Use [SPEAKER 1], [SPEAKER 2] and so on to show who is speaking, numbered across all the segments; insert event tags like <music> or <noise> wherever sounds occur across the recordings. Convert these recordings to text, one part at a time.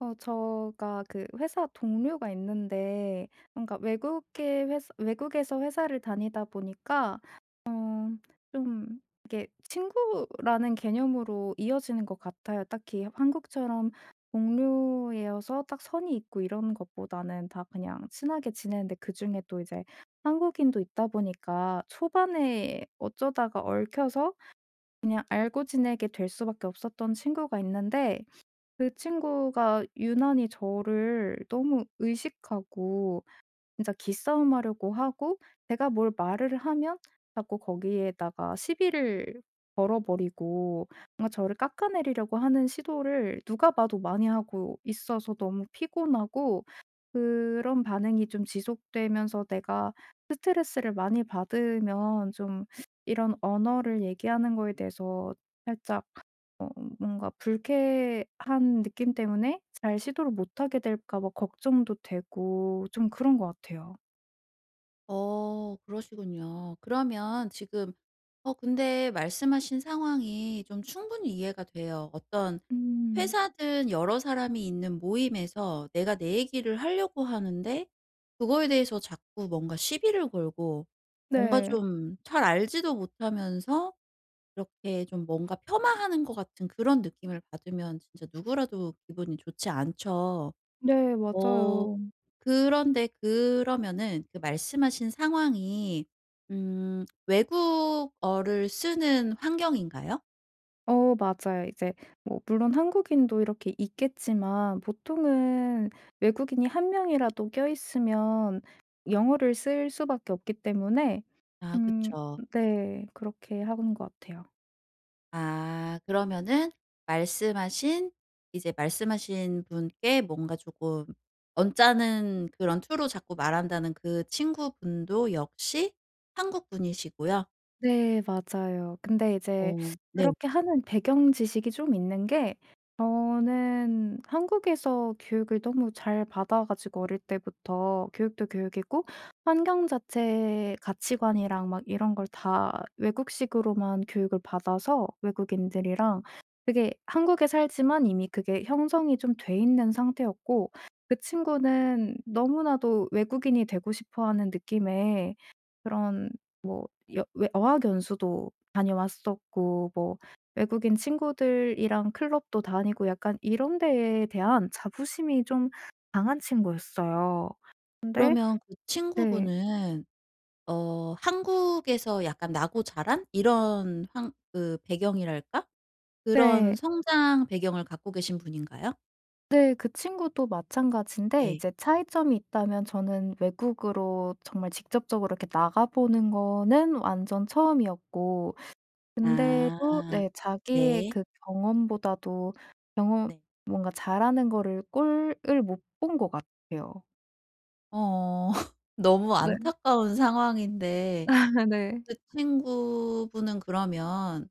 [SPEAKER 1] 저가 그 회사 동료가 있는데, 뭔가 외국계 회사, 외국에서 회사를 다니다 보니까 어 좀 이게 친구라는 개념으로 이어지는 것 같아요. 딱히 한국처럼 동료여서 딱 선이 있고 이런 것보다는 다 그냥 친하게 지내는데, 그중에 또 이제 한국인도 있다 보니까 초반에 어쩌다가 얽혀서 그냥 알고 지내게 될 수밖에 없었던 친구가 있는데, 그 친구가 유난히 저를 너무 의식하고 진짜 기싸움하려고 하고, 제가 뭘 말을 하면 자꾸 거기에다가 시비를 걸어버리고, 뭔가 저를 깎아내리려고 하는 시도를 누가 봐도 많이 하고 있어서 너무 피곤하고, 그런 반응이 좀 지속되면서 내가 스트레스를 많이 받으면 좀 이런 언어를 얘기하는 거에 대해서 살짝 어 뭔가 불쾌한 느낌 때문에 잘 시도를 못하게 될까 봐 걱정도 되고 좀 그런 것 같아요.
[SPEAKER 2] 그러시군요. 그러면 지금 어 근데 말씀하신 상황이 좀 충분히 이해가 돼요. 어떤
[SPEAKER 1] 음.
[SPEAKER 2] 회사든 여러 사람이 있는 모임에서 내가 내 얘기를 하려고 하는데, 그거에 대해서 자꾸 뭔가 시비를 걸고, 뭔가
[SPEAKER 1] 네.
[SPEAKER 2] 좀 잘 알지도 못하면서 이렇게 좀 뭔가 폄하하는 것 같은 그런 느낌을 받으면 진짜 누구라도 기분이 좋지 않죠.
[SPEAKER 1] 네,
[SPEAKER 2] 어
[SPEAKER 1] 맞아요.
[SPEAKER 2] 그런데 그러면은 그 말씀하신 상황이, 외국어를 쓰는 환경인가요?
[SPEAKER 1] 어, 맞아요. 이제 뭐 물론 한국인도 이렇게 있겠지만 보통은 외국인이 한 명이라도 껴있으면 영어를 쓸 수밖에 없기 때문에.
[SPEAKER 2] 아,
[SPEAKER 1] 음
[SPEAKER 2] 그쵸.
[SPEAKER 1] 네, 그렇게 하는 것 같아요.
[SPEAKER 2] 아, 그러면은 말씀하신 말씀하신 분께 뭔가 조금 언짢은 그런 투로 자꾸 말한다는 그 친구분도 역시 한국분이시고요.
[SPEAKER 1] 네, 맞아요. 근데 이제
[SPEAKER 2] 어, 네.
[SPEAKER 1] 그렇게 하는 배경 지식이 좀 있는 게, 저는 한국에서 교육을 너무 잘 받아 가지고 어릴 때부터 교육도 교육이고 환경 자체의 가치관이랑 막 이런 걸 다 외국식으로만 교육을 받아서 외국인들이랑, 그게 한국에 살지만 이미 그게 형성이 좀 돼 있는 상태였고, 그 친구는 너무나도 외국인이 되고 싶어 하는 느낌에 그런 여 외 어학 연수도 다녀왔었고, 뭐 외국인 친구들이랑 클럽도 다니고 약간 이런 데에 대한 자부심이 좀 강한 친구였어요. 근데
[SPEAKER 2] 그러면 그
[SPEAKER 1] 네.
[SPEAKER 2] 친구분은 한국에서 약간 나고 자란, 이런 환 그 배경이랄까? 그런
[SPEAKER 1] 네.
[SPEAKER 2] 성장 배경을 갖고 계신 분인가요?
[SPEAKER 1] 네. 그 친구도 마찬가지인데,
[SPEAKER 2] 네.
[SPEAKER 1] 이제 차이점이 있다면 저는 외국으로 정말 직접적으로 이렇게 나가 보는 거는 완전 처음이었고, 근데도
[SPEAKER 2] 아.
[SPEAKER 1] 네 자기의
[SPEAKER 2] 네.
[SPEAKER 1] 그 경험보다도 경험
[SPEAKER 2] 네.
[SPEAKER 1] 뭔가 잘하는 거를 꼴을 못 본 것 같아요.
[SPEAKER 2] 어. <laughs> 너무
[SPEAKER 1] 네.
[SPEAKER 2] 안타까운 상황인데,
[SPEAKER 1] <laughs> 네.
[SPEAKER 2] 그 친구분은 그러면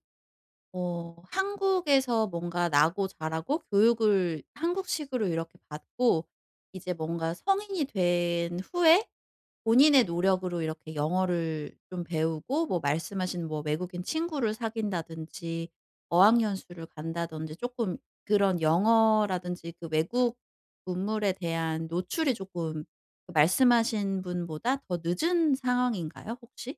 [SPEAKER 2] 한국에서 뭔가 나고 자라고 교육을 한국식으로 이렇게 받고, 이제 뭔가 성인이 된 후에 본인의 노력으로 이렇게 영어를 좀 배우고, 뭐 말씀하신 뭐 외국인 친구를 사귄다든지 어학연수를 간다든지 쪼끔, 그런 영어라든지 그 외국 문물에 대한 노출이 쪼끔 그 말씀하신 분보다 더 늦은 상황인가요, 혹시?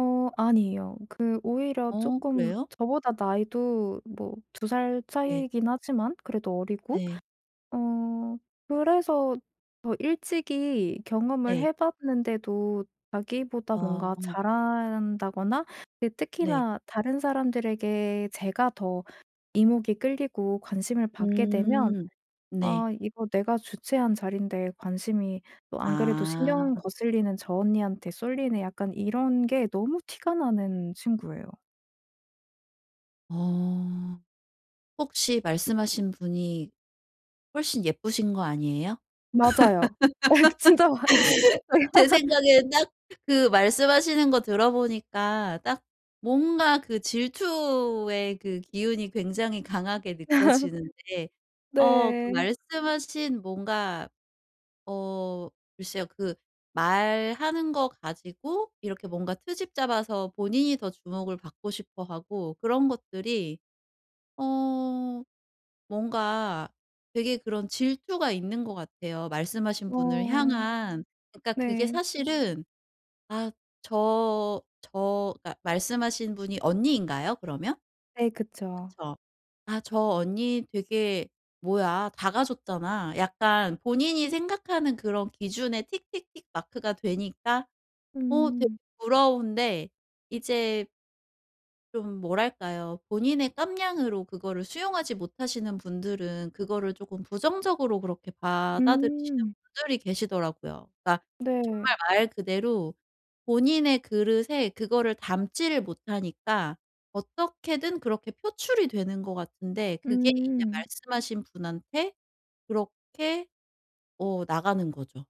[SPEAKER 1] 어, 아니에요. 그 오히려
[SPEAKER 2] 어,
[SPEAKER 1] 조금
[SPEAKER 2] 그래요?
[SPEAKER 1] 저보다 나이도 뭐 두 살 차
[SPEAKER 2] 네.
[SPEAKER 1] 이긴 하지만 그래도 어리고,
[SPEAKER 2] 네.
[SPEAKER 1] 어 그래서 더 일찍이 경험을
[SPEAKER 2] 네.
[SPEAKER 1] 해 봤는데도 자기보다 뭔가
[SPEAKER 2] 어,
[SPEAKER 1] 잘한다거나, 그
[SPEAKER 2] 네.
[SPEAKER 1] 특히나 다른 사람들에게 제가 더 이목이 끌리고 관심을 받게 되면,
[SPEAKER 2] 음. 네.
[SPEAKER 1] '아 이거 내가 주최한 자리인데 관심이 또 안 그래도
[SPEAKER 2] 아.
[SPEAKER 1] 신경 거슬리는 저 언니한테 쏠리네.' 약간 이런 게 너무 티가 나는 친구예요.
[SPEAKER 2] 어. 혹시 말씀하신 분이 훨씬 예쁘신 거 아니에요?
[SPEAKER 1] 맞아요. <laughs> 진짜 마-
[SPEAKER 2] 제 생각에 딱, 그 말씀하시는 거 들어보니까 딱 뭔가 그 질투의 그 기운이 굉장히 강하게 느껴지는데, 어 그
[SPEAKER 1] 네.
[SPEAKER 2] 말씀하신 뭔가 어 글쎄요. 그 말하는 거 가지고 이렇게 뭔가 트집 잡아서 본인이 더 주목을 받고 싶어 하고 그런 것들이, 어 뭔가 되게 그런 질투가 있는 것 같아요, 말씀하신 분을
[SPEAKER 1] 어.
[SPEAKER 2] 향한. 그러니까 그게
[SPEAKER 1] 네.
[SPEAKER 2] 사실은, 아, 그러니까 말씀하신 분이 언니인가요, 그러면?
[SPEAKER 1] 네, 그쵸.
[SPEAKER 2] 그쵸. 아, "저 언니 되게 뭐야, 다가 줬잖아." 약간 본인이 생각하는 그런 기준에 틱틱틱 마크가 되니까, 되게
[SPEAKER 1] 음.
[SPEAKER 2] 부러운데, 이제 좀 뭐랄까요, 본인의 깜냥으로 그거를 수용하지 못하시는 분들은 그거를 조금 부정적으로 그렇게 받아들이시는
[SPEAKER 1] 음.
[SPEAKER 2] 분들이 계시더라고요. 그러니까 정말
[SPEAKER 1] 네.
[SPEAKER 2] 말 그대로 본인의 그릇에 그거를 담지를 못하니까 어떻게든 그렇게 표출이 되는 것 같은데, 그게 이제
[SPEAKER 1] 음.
[SPEAKER 2] 말씀하신 분한테 그렇게 나가는 거죠.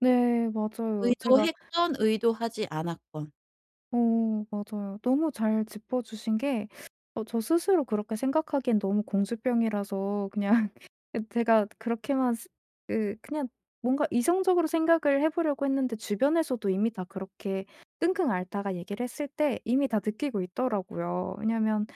[SPEAKER 1] 네. 맞아요. 제가
[SPEAKER 2] 의도했건 의도하지 않았건.
[SPEAKER 1] 어, 맞아요. 너무 잘 짚어 주신 게, 저 스스로 그렇게 생각하기엔 너무 공주병이라서 그냥 <laughs> 제가 그렇게만 스 그 그냥 뭔가 이성적으로 생각을 해 보려고 했는데 주변에서도 이미 다 그렇게 끙끙 앓다가 얘기를 했을 때 이미 다 느끼고 있더라고요. 왜냐면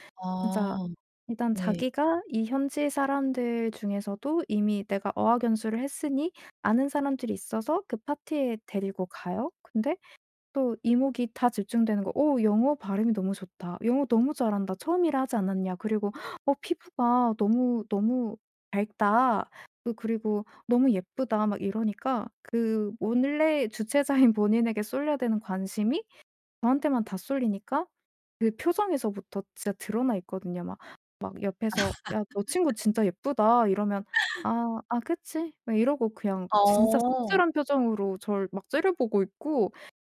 [SPEAKER 1] 진짜
[SPEAKER 2] 아,
[SPEAKER 1] 일단
[SPEAKER 2] 네.
[SPEAKER 1] 자기가 이 현지 사람들 중에서도 이미 내가 어학연수를 했으니 아는 사람들이 있어서 그 파티에 데리고 가요. 근데 또 이목이 다 집중되는 거 "오 영어 발음이 너무 좋다. 영어 너무 잘한다. 처음이라 하지 않았냐." 그리고 "어 피부가 너무 너무 밝다." 그 그리고 "너무 예쁘다." 막 이러니까 그 원래 주최자인 <laughs> 본인에게 쏠려야 되는 관심이 저한테만 다 쏠리니까 그 표정에서부터 진짜 드러나 있거든요. 막 막 옆에서 "야 너 친구 진짜 예쁘다." 이러면 "아, 아 그치." 막 이러고 그냥 진짜
[SPEAKER 2] 어.
[SPEAKER 1] 씁쓸한 표정으로 저를 막 째려보고 있고,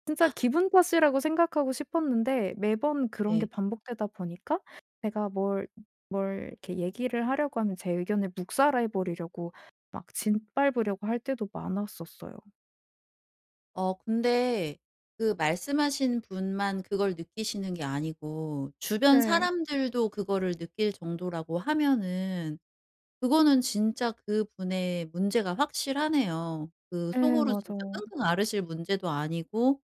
[SPEAKER 1] 진짜 기분 탓이라고 생각하고 싶었는데 매번 그런 게
[SPEAKER 2] 네.
[SPEAKER 1] 반복되다 보니까 제가 뭘 이렇게 얘기를 하려고 하면 제 의견을 묵살해 버리려고 막 짓밟으려고 할 때도 많았었어요.
[SPEAKER 2] 근데 그 말씀하신 분만 그걸 느끼시는 게 아니고 주변
[SPEAKER 1] 네.
[SPEAKER 2] 사람들도 그거를 느낄 정도라고 하면은, 그거는 진짜 그분의 문제가 확실하네요. 그
[SPEAKER 1] 예,
[SPEAKER 2] 속으로 진짜
[SPEAKER 1] 맞아요.
[SPEAKER 2] 끙끙 앓으실 문제도 아니고,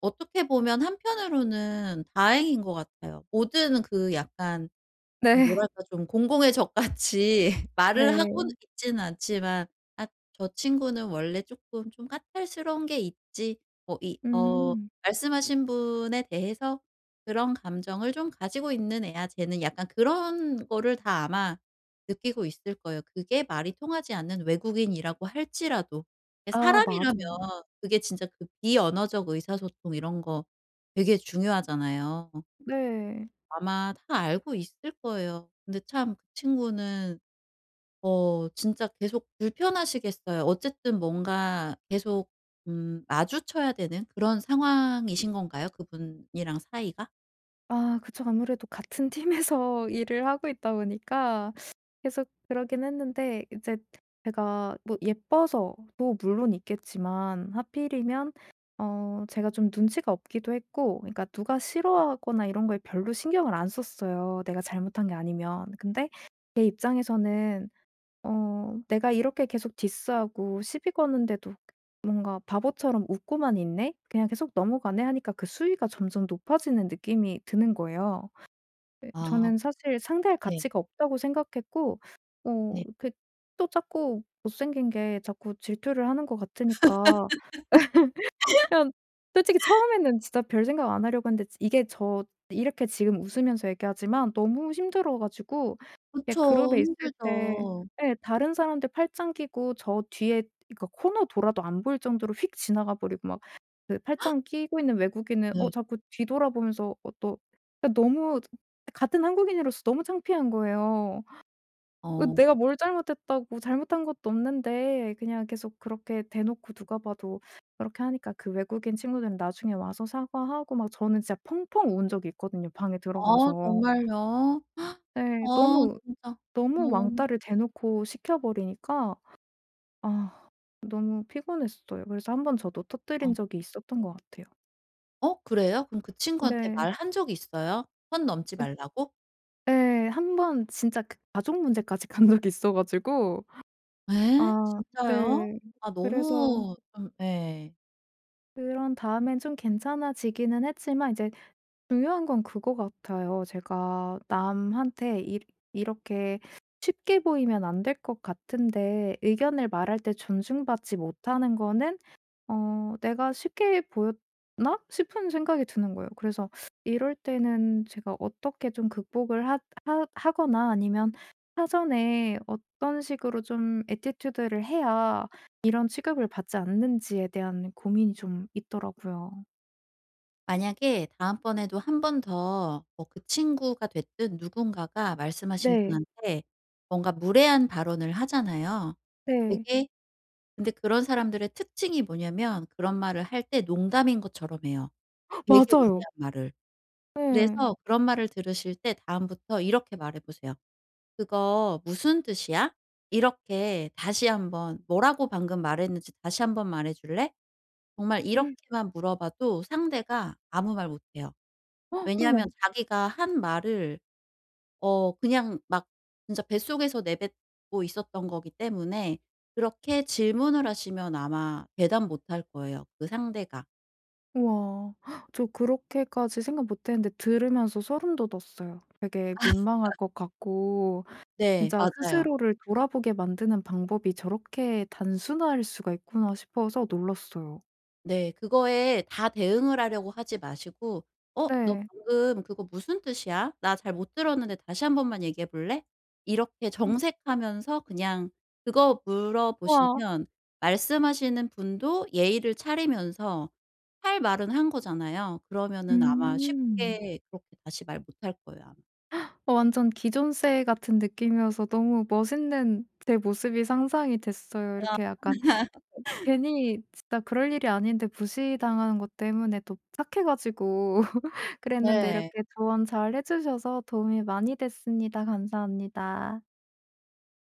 [SPEAKER 2] 어떻게 보면 한편으로는 다행인 것 같아요. 모든 그 약간,
[SPEAKER 1] 네.
[SPEAKER 2] 뭐랄까 좀 공공의 적같이 <laughs> 말을 하고는
[SPEAKER 1] 네.
[SPEAKER 2] 있지는 않지만 '아, 저 친구는 원래 조금 좀 까탈스러운 게 있지.' 뭐 이,
[SPEAKER 1] 음.
[SPEAKER 2] 말씀하신 분에 대해서 '그런 감정을 좀 가지고 있는 애야 쟤는.' 약간 그런 거를 다 아마 느끼고 있을 거예요. 그게 말이 통하지 않는 외국인이라고 할지라도. 예,
[SPEAKER 1] 아,
[SPEAKER 2] 사람이라면
[SPEAKER 1] 맞아요.
[SPEAKER 2] 그게 진짜, 그 비언어적 의사소통 이런 거 되게 중요하잖아요.
[SPEAKER 1] 네.
[SPEAKER 2] 아마 다 알고 있을 거예요. 근데 참 그 친구는, 진짜 계속 불편하시겠어요. 어쨌든 뭔가 계속 마주쳐야 되는 그런 상황이신 건가요, 그분이랑 사이가?
[SPEAKER 1] 아, 그쵸. 아무래도 같은 팀에서 <laughs> 일을 하고 있다 보니까 계속 그러긴 했는데, 이제 제가 뭐 예뻐서도 물론 있겠지만 하필이면 제가 좀 눈치가 없기도 했고. 그러니까 누가 싫어하거나 이런 거에 별로 신경을 안 썼어요, 내가 잘못한 게 아니면. 근데 걔 입장에서는 내가 이렇게 계속 디스하고 시비 거는데도 뭔가 '바보처럼 웃고만 있네? 그냥 계속 넘어가네?' 하니까 그 수위가 점점 높아지는 느낌이 드는 거예요. 예,
[SPEAKER 2] 아,
[SPEAKER 1] 저는 사실 상대할
[SPEAKER 2] 네.
[SPEAKER 1] 가치가 없다고 생각했고, 어
[SPEAKER 2] 네.
[SPEAKER 1] 그 또 자꾸 못생긴 게 자꾸 질투를 하는 것 같으니까 그냥, 솔직히 처음에는 진짜 별 생각 안 하려고 했는데 이게 저 이렇게 지금 웃으면서 얘기하지만 너무 힘들어 가지고. 예
[SPEAKER 2] 그쵸.
[SPEAKER 1] 그룹에 있을 때,
[SPEAKER 2] 힘들죠.
[SPEAKER 1] 예 다른 사람들 팔짱 끼고 저 뒤에 그러니까 코너 돌아도 안 보일 정도로 휙 지나가 버리고, 막 그 팔짱 끼고 있는 외국인은
[SPEAKER 2] 네.
[SPEAKER 1] 자꾸 뒤돌아보면서 또 그러니까 너무, 같은 한국인으로서 너무 창피한 거예요. 어
[SPEAKER 2] 어.
[SPEAKER 1] 내가 뭘 잘못했다고, 잘못한 것도 없는데 그냥 계속 그렇게 대놓고 누가 봐도 그렇게 하니까 그 외국인 친구들은 나중에 와서 사과하고. 막 저는 진짜 펑펑 운 적이 있거든요, 방에
[SPEAKER 2] 아,
[SPEAKER 1] 들어가서.
[SPEAKER 2] 정말요?
[SPEAKER 1] 네.
[SPEAKER 2] 아,
[SPEAKER 1] 너무,
[SPEAKER 2] 진짜.
[SPEAKER 1] 너무
[SPEAKER 2] 어.
[SPEAKER 1] 왕따를 대놓고 시켜 버리니까 아 너무 피곤했어요. 그래서 한 번 저도
[SPEAKER 2] 어.
[SPEAKER 1] 터뜨린 적이 있었던 것 같아요.
[SPEAKER 2] 어, 그래요? 그럼 그 친구한테
[SPEAKER 1] 네.
[SPEAKER 2] 말한 적이 있어요? 선 넘지
[SPEAKER 1] 그
[SPEAKER 2] 말라고?
[SPEAKER 1] 예. 번 진짜 그 가족 문제까지 간 적이 있어 가지고.
[SPEAKER 2] 예?
[SPEAKER 1] 아,
[SPEAKER 2] 진짜요?
[SPEAKER 1] 네.
[SPEAKER 2] 아,
[SPEAKER 1] 그래서
[SPEAKER 2] 너무 좀. 예.
[SPEAKER 1] 그런 다음엔 좀 괜찮아지기는 했지만, 이제 중요한 건 그거 같아요. 제가 남한테 이 이렇게 쉽게 보이면 안 될 것 같은데, 의견을 말할 때 존중받지 못하는 거는 '내가 쉽게 보였나?' 싶은 생각이 드는 거예요. 그래서 이럴 때는 제가 어떻게 좀 극복을 하하거나 아니면 사전에 어떤 식으로 좀 애티튜드를 해야 이런 취급을 받지 않는지에 대한 고민이 좀 있더라고요.
[SPEAKER 2] 만약에 다음번에도 한 번 더, 뭐 그 친구가 됐든 누군가가 말씀하신
[SPEAKER 1] 네.
[SPEAKER 2] 분한테 뭔가 무례한 발언을 하잖아요.
[SPEAKER 1] 네.
[SPEAKER 2] 되게, 근데 그런 사람들의 특징이 뭐냐면 그런 말을 할 때 농담인 것처럼 해요. 되게
[SPEAKER 1] 맞아요.
[SPEAKER 2] 무례한 말을.
[SPEAKER 1] 예.
[SPEAKER 2] 그래서 그런 말을 들으실 때 다음부터 이렇게 말해 보세요. "그거 무슨 뜻이야?" 이렇게 다시 한번, "뭐라고 방금 말했는지 다시 한번 말해 줄래?" 정말 이렇게만 물어봐도 상대가 아무 말 못해요.
[SPEAKER 1] 어머.
[SPEAKER 2] 왜냐하면 자기가 한 말을 그냥 막 진짜 뱃속에서 내뱉고 있었던 거기 때문에, 그렇게 질문을 하시면 아마 대답 못할 거예요, 그 상대가.
[SPEAKER 1] 우와. 헉, 저 그렇게까지 생각 못 했는데 들으면서 소름 돋았어요. 되게 민망할 것 같고,
[SPEAKER 2] 네,
[SPEAKER 1] 진짜
[SPEAKER 2] 맞아요.
[SPEAKER 1] 스스로를 돌아보게 만드는 방법이 저렇게 단순할 수가 있구나 싶어서 놀랐어요.
[SPEAKER 2] 네. 그거에 다 대응을 하려고 하지 마시고 "어 너
[SPEAKER 1] 네.
[SPEAKER 2] 방금 그거 무슨 뜻이야? 나 잘 못 들었는데 다시 한 번만 얘기해 볼래?" 이렇게 정색하면서 그냥 그거
[SPEAKER 1] 우와.
[SPEAKER 2] 물어보시면, 말씀하시는 분도 예의를 차리면서 할 말은 한 거잖아요. 그러면은 아마
[SPEAKER 1] 음.
[SPEAKER 2] 쉽게 그렇게 다시 말 못 할 거예요, 아마.
[SPEAKER 1] 어, 완전 기존세 같은 느낌이어서 너무 멋있는 제 모습이 상상이 됐어요. 이렇게 약간
[SPEAKER 2] 아.
[SPEAKER 1] 괜히 진짜 그럴 일이 아닌데 무시당하는 것 때문에 또 착해 가지고 <laughs> 그랬는데
[SPEAKER 2] 네.
[SPEAKER 1] 이렇게 조언 잘 해 주셔서 도움이 많이 됐습니다. 감사합니다.